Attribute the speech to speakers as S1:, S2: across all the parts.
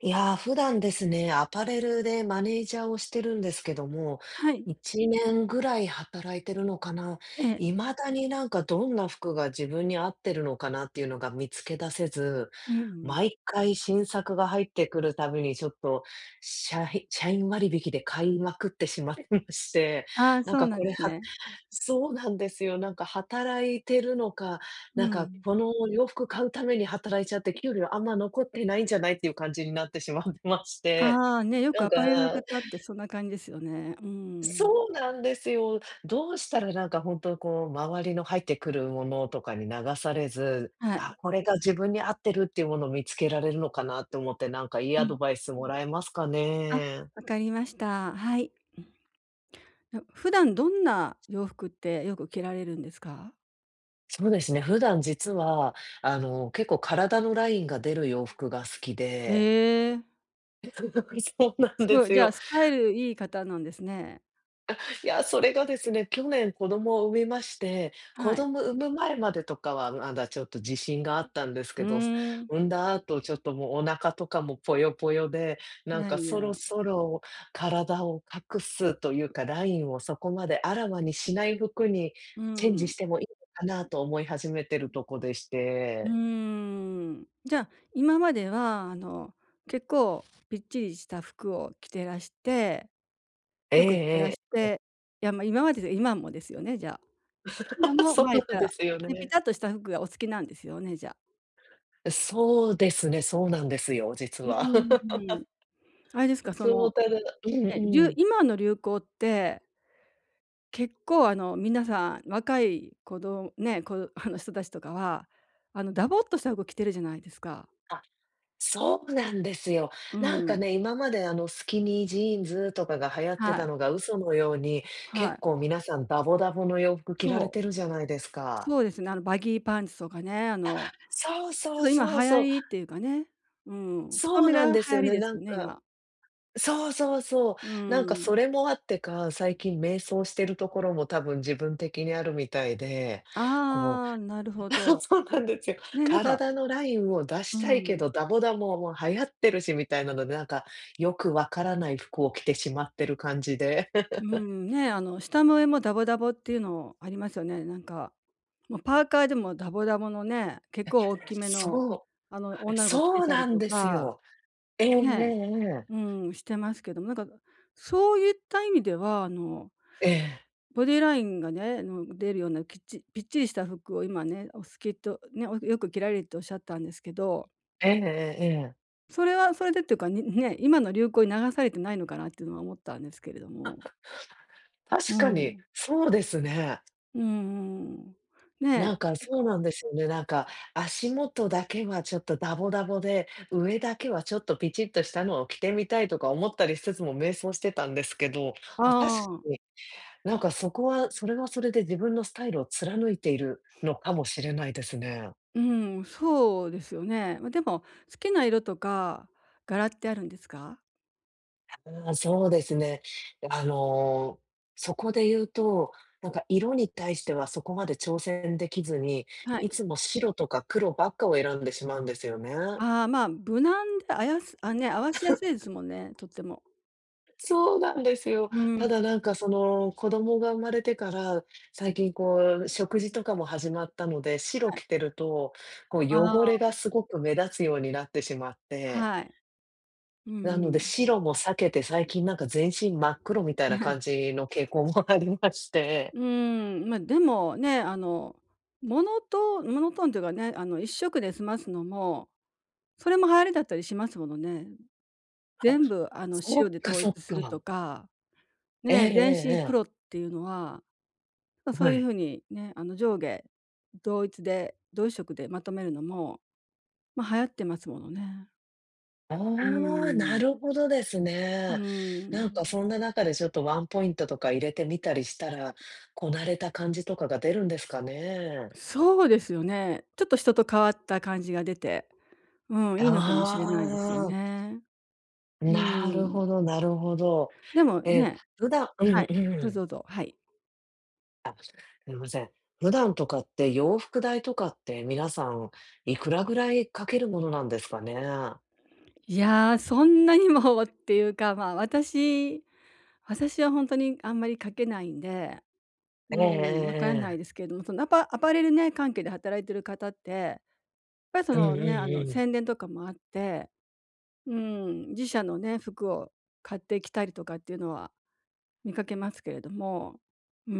S1: いやー、普段ですね、アパレルでマネージャーをしてるんですけども、
S2: はい、
S1: 1年ぐらい働いてるのかな。
S2: ええ。
S1: 未だになんかどんな服が自分に合ってるのかなっていうのが見つけ出せず、
S2: うん、
S1: 毎回新作が入ってくるたびにちょっと、社員割引で買いまくってしまってまして、
S2: ああ、
S1: なん
S2: そう
S1: か
S2: なん
S1: こ
S2: で
S1: れ
S2: すね。
S1: そうなんですよ。なんか働いてるのか、
S2: う
S1: なんか
S2: ん。
S1: この洋服買うために働いちゃって、給料あんま残ってないんじゃないっていう感じになってしまってまして。
S2: ああ、ね、よく
S1: なん
S2: ア
S1: か
S2: パレルの方ってそんな感じですよね。うん。
S1: そうなんですよ。どうしたらなんか本当こう、周りの入ってくるものとかに流されず、
S2: は
S1: あ、
S2: い。
S1: これが自分に合ってるっていうものを見つけられるのかなって思って、なんかいい
S2: う
S1: ア
S2: ん。
S1: ドバイスもらえますか
S2: あ、
S1: ね？
S2: わかりました。はい。普段どんな洋服ってよく着られるんですか？
S1: そうですね、普段実は、結構体のラインが出る洋服が好きで
S2: へえ。
S1: そうなん
S2: す
S1: で
S2: ごい、
S1: す
S2: じゃあ
S1: よ。
S2: スタイルいい方なんですね。
S1: いや、それがですね、去年子供を産みまして、子
S2: はい。
S1: 供産む前までとかはまだちょっと自信があったんです
S2: う
S1: けど、
S2: ーん。
S1: 産んだ後ちょっともうお腹とかもぽよぽよで、
S2: い
S1: なん
S2: や
S1: か
S2: い
S1: そろ
S2: や。
S1: そろ体を隠すというか、ラインをそこまであらわにしない服に
S2: う
S1: チェンジ
S2: ん。
S1: してもいいのかなと思い始めてるとこでし
S2: う
S1: て。
S2: ーん。じゃあ、今まではあの、結構ぴっちりした服を着てらして
S1: え
S2: よく着て
S1: え
S2: ら
S1: ええ
S2: して、いや、ま、今までで今もですよね、じゃあ。今 も、
S1: そ
S2: ま、
S1: う
S2: 言っ
S1: なん
S2: たら、
S1: ですよ
S2: ね、ピ
S1: ね。
S2: タッとした服がお好きなんですよね、じゃあ。
S1: そうですね、そうなんですよ、実
S2: う
S1: は。
S2: ーん。あれですか、そ
S1: そう、
S2: の、
S1: ただうん
S2: ね、りゅう
S1: うん。
S2: 今の流行って、結構あの皆さん、若いね、あの人たちとかは、あのダボっとした服着てるじゃないですか。
S1: あ、そうなんですよ。
S2: う
S1: なんか
S2: ん。
S1: ね、今まであのスキニージーンズとかが流行って
S2: は
S1: た
S2: い。
S1: のが嘘のように、
S2: は
S1: 結
S2: い。
S1: 構皆さんダボダボの洋服着ら
S2: そ
S1: れ
S2: う。
S1: てるじゃないですか。
S2: そうですね、あのバギーパンツとかね、あの、
S1: そう
S2: ちょっ
S1: そう
S2: と今流
S1: そう
S2: 行
S1: そう。
S2: りっていうかね、うん、太
S1: そう
S2: めが
S1: なん
S2: 流
S1: です
S2: 行
S1: よ
S2: り
S1: ね、
S2: です
S1: なん
S2: よね、
S1: か
S2: 今。
S1: そうそうそう。
S2: う
S1: なんか
S2: ーん。
S1: それもあってか、最近迷走してるところも多分自分的にあるみたいで、こ
S2: ああ、なるほ
S1: う そう
S2: ど。
S1: そうなんですよ。
S2: ね、なんか、
S1: 体のラインを出
S2: う
S1: したいけ
S2: ん、
S1: ど、ダボダボもう流行ってるしみたいなので、なんか、よくわからない服を着てしまってる感じで。
S2: うん、ね、あの、下も上もダボダボっていうのありますよね、なんか。もうパーカーでもダボダボのね、結構大きめの、
S1: そ
S2: あの、
S1: う、
S2: 女の子着
S1: そ
S2: て
S1: う
S2: たり
S1: なん
S2: と
S1: です
S2: か、
S1: よ。えええええ
S2: ね、
S1: え。
S2: うん、してますけども、なんか、そういった意味では、あの、
S1: ええ。
S2: ボディラインがね、あの、出るようなきっちぴっちりした服を今ね、お好きとね、およく着られるっておっしゃったんですけど、
S1: ええええええ。
S2: それはそれでっていうか、ね、今の流行に流されてないのかなっていうのは思ったんですけれども。う
S1: 確かに、
S2: ん。
S1: そうですね。
S2: うんうん。ね、
S1: なんか、そうなんですよね。なんか、足元だけはちょっとダボダボで、上だけはちょっとピチッとしたのを着てみたいとか思ったりしつつも迷走してたんですけど、
S2: あ
S1: あ、確か
S2: あ、
S1: になんかそこは、それはそれで自分のスタイルを貫いているのかもしれないですね。
S2: うん、そうですよね。ま、でも、好きな色とか柄ってあるんですか？
S1: ああ、そうですね。あの、そこで言うと、なんか色に対してはそこまで挑戦できずに、
S2: はい。
S1: いつも白とか黒ばっかを選んでしまうんですよね。
S2: ああ、まあ、無難であやすあ、ね、合わしやすいですもんね、とっても。
S1: そうなんですよ。
S2: うん、
S1: ただなんかその子供が生まれてから、最近こう食事とかも始まったので、白
S2: はい。
S1: 着てると、こう
S2: あ
S1: 汚れ
S2: あ、
S1: がすごく目立つようになってしまって。
S2: はい。うん
S1: なの
S2: う
S1: で、
S2: ん。
S1: 白も避けて、最近なんか全身真っ黒みたいな 感じの傾向もありまして。
S2: うーん、ま、でもね、あの、モノトーンというかね、あの、1色で済ますのも、それも流行りだったりしますものね。
S1: あ、
S2: 全部あの、
S1: そ
S2: 白
S1: っ
S2: で
S1: か
S2: 統
S1: そっ
S2: 一すると
S1: か。
S2: か、
S1: えええ
S2: ね、全
S1: ええ
S2: 身黒
S1: え。
S2: っていうのは、ま、そ
S1: は
S2: ういう
S1: い。
S2: 風にね、あの、上下同一色でまとめるのも、まあ、流行ってますものね。
S1: あ
S2: う
S1: あ、な
S2: ーん。
S1: るほどです
S2: う
S1: ね。
S2: ーん。
S1: なんかそんな中でちょっとワンポイントとか入れてみたりしたら、こなれた感じとかが出るんですかね？
S2: そうですよね。ちょっと人と変わった感じが出て、うん、
S1: あ
S2: いいのかもしれないですよ
S1: あ、
S2: ね。う
S1: なる
S2: ん。
S1: ほどなるほど。
S2: でも
S1: ええ、
S2: ね、
S1: 普段うん
S2: はい。
S1: う
S2: どうぞ
S1: ん。
S2: どうぞ、はい。
S1: すみません。普段とかって洋服代とかって皆さんいくらぐらいかけるものなんですかね？
S2: いやー、そんなにも っていうか、まあ、私は本当にあんまり書けないんで、
S1: ええ
S2: う
S1: え
S2: ん、わから
S1: え
S2: ない
S1: え
S2: で
S1: え。
S2: すけれども、そのアパレルね、関係で働いてる方って、やっぱりそ
S1: うんう
S2: の
S1: ん
S2: ね、あの、
S1: うん。
S2: 宣伝とかもあって、うん、自社のね、服を買ってきたりとかっていうのは見かけますけれども、うー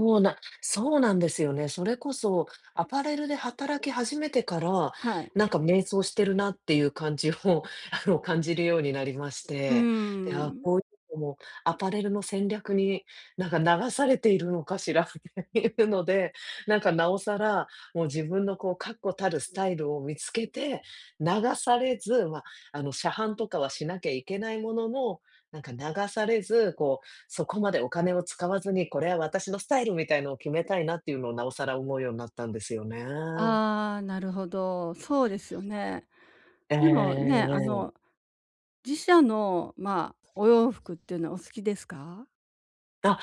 S2: ん、
S1: うなそうなんですよね。それこそ、アパレルで働き始めてから、
S2: はい、
S1: なんか迷走してるなっていう感じを、感じるようになりまし
S2: うー
S1: て、いや
S2: ん。
S1: こういうのもアパレルの戦略に、なんか流されているのかしらっていうので、なんかなおさら、もう自分のこう確固たるスタイルを見つけて、流されず、まあ、車販とかはしなきゃいけないものの、なんか流されず、こうそこまでお金を使わずに、これは私のスタイルみたいのを決めたいなっていうのを、なおさら思うようになったんですよね。
S2: ああ、なるほど、そうですよね。
S1: え
S2: でもね、あ
S1: えええ
S2: の、自社の、まあ、お洋服っていうのはお好きですか？
S1: あ、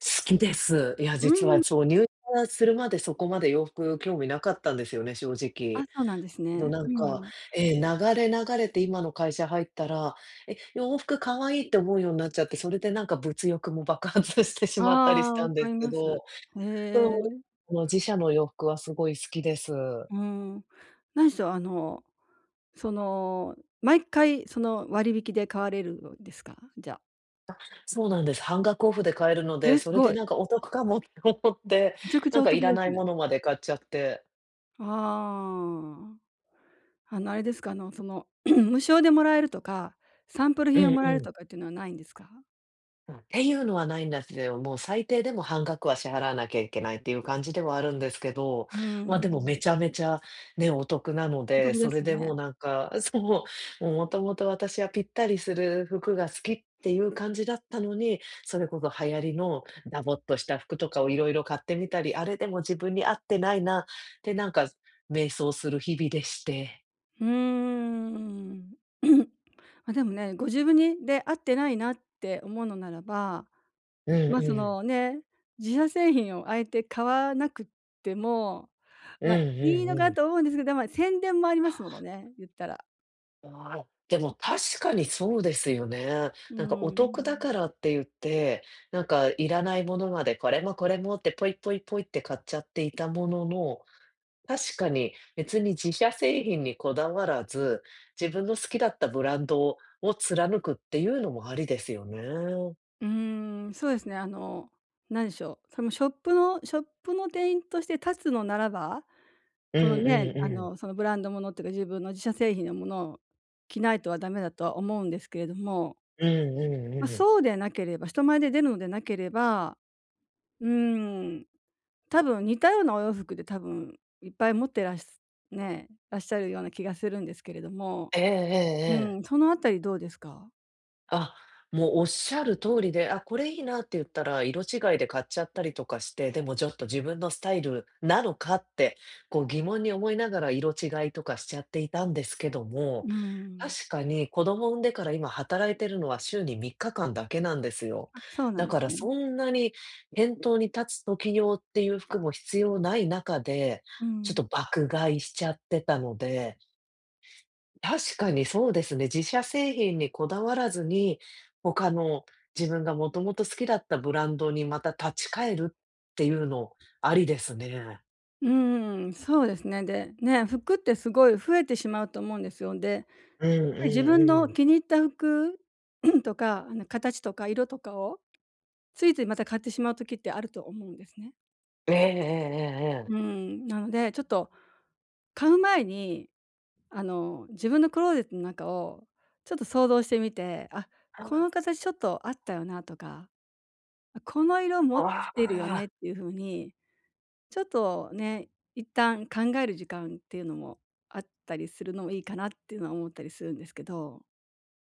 S1: 好きです。いや、
S2: う
S1: 実
S2: ん。
S1: はそう、入社するまでそこまで洋服興味なかったんですよね、正直。
S2: あ、そうなんです
S1: けど
S2: ね。
S1: なん
S2: うんう
S1: か、
S2: ん。
S1: ええ、流れ流れて今の会社入ったら、え、洋服可愛いって思うようになっちゃって、それでなんか物欲も爆発してし
S2: あ
S1: まったりし
S2: あ、
S1: た
S2: わ
S1: ん
S2: か
S1: で
S2: り
S1: すけ
S2: ます。
S1: ど、
S2: へえ、
S1: そう、自社の洋服はすごい好きです。
S2: うん。何しろ、あの、その、毎回その割引で買われるんですか？じゃあ。
S1: そうなんです。半額オフで買えるの
S2: え、
S1: で、
S2: す
S1: それ
S2: ご
S1: で
S2: い。
S1: なんかお得かもって思って、
S2: めちゃくち
S1: な
S2: ゃ
S1: ん
S2: お
S1: かい
S2: 得で
S1: らな
S2: す
S1: い
S2: ね。
S1: ものまで買っちゃって。
S2: ああ。あの、あれですか、あの、その、無償でもらえるとか、サンプル
S1: うん
S2: 品をもらえる
S1: うん。
S2: とかっていうのはないんですか？
S1: うん、ていうのはないんですよ。もう最低でも半額は支払わなきゃいけないっていう感じではあるんですけど、
S2: うー
S1: ま、でも
S2: ん、
S1: めちゃめちゃね、お得なの
S2: お
S1: で、
S2: 得で
S1: それ
S2: す
S1: でも
S2: ね。
S1: うなんか、そう、もうもともと私はぴったりする服が好きっていう感じだったのに、それこそ流行りのダボっとした服とかをいろいろ買ってみたり、あれでも自分に合ってないなってなんか、迷走する日々でして。
S2: うーん。ま、でもね、ご自分に合ってないなって思うのならば、
S1: うん
S2: ま、そ
S1: うん。
S2: のね、自社製品をあえて買わなくっても、
S1: うん
S2: ま、い
S1: う
S2: いの
S1: んう
S2: かと
S1: ん。
S2: 思うんですけど、ま、宣伝もありますものね、言ったら。
S1: ああ、でも確かにそうですよね。
S2: うー
S1: なんかお得だ
S2: ん。
S1: からって言って、なんかいらないものまでこれもこれもってポイポイポイって買っちゃっていたものの、確かに別に自社製品にこだわらず、自分の好きだったブランドを貫くっていうのもありですよね。
S2: うーん、そうですね、あの、何でしょう、そのショップの店員として立つのならば、
S1: う
S2: そ
S1: ん
S2: の
S1: う
S2: ね、
S1: ん
S2: あ
S1: うん。
S2: の、そのブランドものっていうか、自分の自社製品のものを着ないとはダメだとは思うんですけれども、
S1: うんう
S2: ま、
S1: んうん。
S2: そうでなければ人前で出るのでなければ、うーん、多分似たようなお洋服で多分いっぱい持ってらしね、らっしゃるような気がするんですけれども、
S1: ええええ
S2: う
S1: ええ。
S2: ん、そのあたりどうですか？
S1: あ、もうおっしゃる通りで、あ、これいいなって言ったら、色違いで買っちゃったりとかして、でもちょっと自分のスタイルなのかって、こう疑問に思いながら色違いとかしちゃっていたんですけど
S2: う
S1: も、
S2: ー
S1: 確
S2: ん。
S1: かに子供産んでから今働いてるのは週に3日間だけなんですよ。
S2: あ、そうなん
S1: だ
S2: で
S1: か
S2: す
S1: ら
S2: ね。
S1: そんなに店頭に立つ時用っていう服も必要ない中で、
S2: う
S1: ちょっと
S2: ん。
S1: 爆買いしちゃってたので、確かにそうですね。自社製品にこだわらずに、他の自分がもともと好きだったブランドにまた立ち返るっていうの、ありですね。
S2: うーん、そうですね。で、ね、服ってすごい増えてしまうと思うんですよ。で、やっ
S1: うんう
S2: ぱり自
S1: ん
S2: 分の
S1: うん。
S2: 気に入った服とか、あの、形とか色とかをついついまた買ってしまう時ってあると思うんですね。
S1: えええええ
S2: う
S1: え
S2: ん、なので、ちょっと買う前に、あの、自分のクローゼットの中をちょっと想像してみて、あ、
S1: あ。
S2: この
S1: え。
S2: 形ちょっとあったよなとか、あ、この色持っ
S1: ああ、
S2: てるよ
S1: あ
S2: ねっ
S1: あ、
S2: ていう風に、ちょっとね、一旦考える時間っていうのもあったりするのもいいかなっていうのは思ったりするんですけど。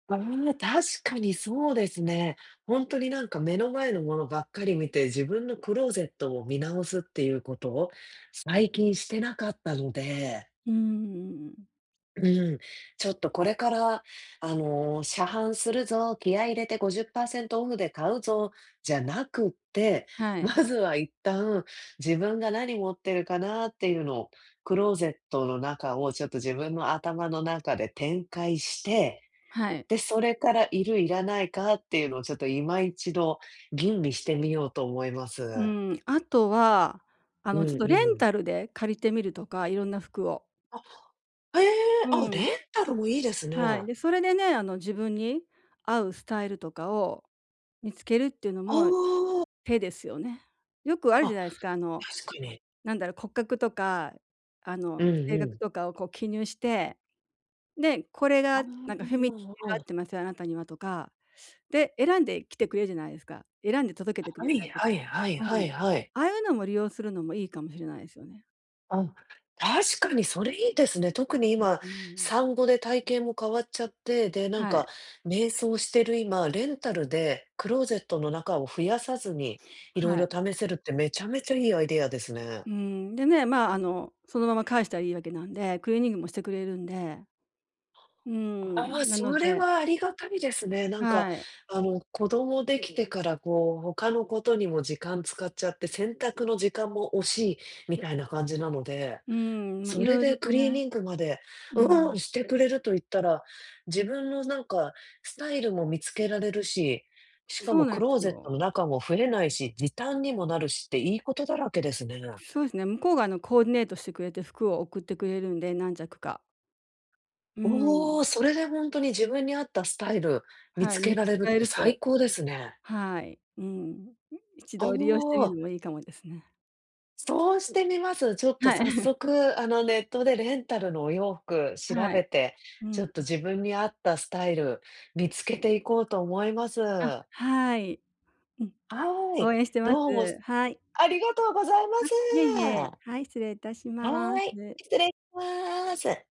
S1: うん確かにそうですね。ほんとになんか目の前のものばっかり見て、自分のクローゼットを見直すっていうことを、最近してなかったので
S2: うんうんうん。
S1: うん、ちょっとこれから、車販するぞ、気合い入れて50%オフで買うぞ、じゃなくって、
S2: は
S1: ま
S2: い、
S1: ずは一旦自分が何持ってるかなっていうのを、クローゼットの中をちょっと自分の頭の中で展開して、
S2: はい。
S1: で、それからいるいらないかっていうのをちょっと今一度吟味してみようと思いま
S2: う
S1: す。
S2: ん、あとは、あ
S1: うん
S2: の、ちょっとレ
S1: う
S2: ン
S1: ん。
S2: タルで借りてみるとか、いろんな服を。
S1: あ、へえ、あ、
S2: うん。
S1: レンタルもいいですね。
S2: はい。
S1: あ
S2: で、それでね、あの、自分に合うスタイルとかを見つけるっていうのも
S1: あ、
S2: 手ですよね。よくある
S1: あ、
S2: じゃないですか、あの、
S1: 確かに。
S2: なんだろう、骨格とか、あ
S1: うん
S2: の、性
S1: う
S2: 格
S1: ん。
S2: とかをこう記入して、で、これ
S1: あ
S2: がなんかフェミニ
S1: あ、
S2: ティが合ってますよ、あなたにはとか。で、選んできてくれるじゃないですか。選んで届けてくれ
S1: はい
S2: たりとか。
S1: はいはい
S2: う
S1: はい
S2: ん。
S1: はい。
S2: ああいうのも利用するのもいいかもしれないですよね。
S1: あ、確かにそれいいですね。特に今、
S2: うん。
S1: 産後で体型も変わっちゃって、で、なん
S2: は
S1: か、
S2: い、
S1: 瞑想してる今、レンタルでクローゼットの中を増やさずに、いろい
S2: はい。
S1: ろ試せるってめちゃめちゃいいアイデアですね。
S2: うん、でね、まあ、あの、そのまま返したらいいわけなんで、クリーニングもしてくれるんで、う
S1: あ
S2: ん、
S1: あ、
S2: な
S1: そ
S2: の
S1: れ
S2: で、
S1: はありがたいですね。なんか、
S2: はい。
S1: 子供できてから、こう、他のことにも時間使っちゃって、洗濯の時間も惜しいみたいな感じなので
S2: うーん、ま、い
S1: それ
S2: ろい
S1: で
S2: ろと
S1: クリー
S2: ね、
S1: ニングまで、
S2: う
S1: うん、
S2: ん、
S1: してくれると言ったら、自分のなんかスタイルも見つけられるし、しか
S2: そ
S1: も
S2: うな
S1: ク
S2: んで
S1: ロー
S2: す
S1: ゼット
S2: よ。
S1: の中も増えないし、時短にもなるしっていいことだらけですね。
S2: そうですね、向こうがあの、コーディネートしてくれて服を送ってくれるんで、何着か。う
S1: お
S2: ん、
S1: お、それでほんとに自分に合ったスタイル見
S2: はい、
S1: つ
S2: 見
S1: け
S2: つ
S1: られ
S2: け
S1: るっ
S2: られ
S1: て
S2: ると、
S1: 最高ですね。
S2: はい、うん、一
S1: あ、
S2: 度利用してみ
S1: お
S2: る
S1: お、
S2: のもいいかもですね。
S1: そうしてみます。ちょっと
S2: はい。
S1: 早 速、ネットでレンタルのお洋服調
S2: はい。
S1: べて、
S2: う
S1: ちょ
S2: ん。
S1: っと自分に合ったスタイル見つけていこうと思います。
S2: あ、はい。うん、
S1: はい、
S2: 応援してま
S1: どうも、
S2: す。はい。
S1: ありがとうございま
S2: いえい
S1: す。
S2: え、はい、失礼いたしま
S1: はい、
S2: す。
S1: 失礼します。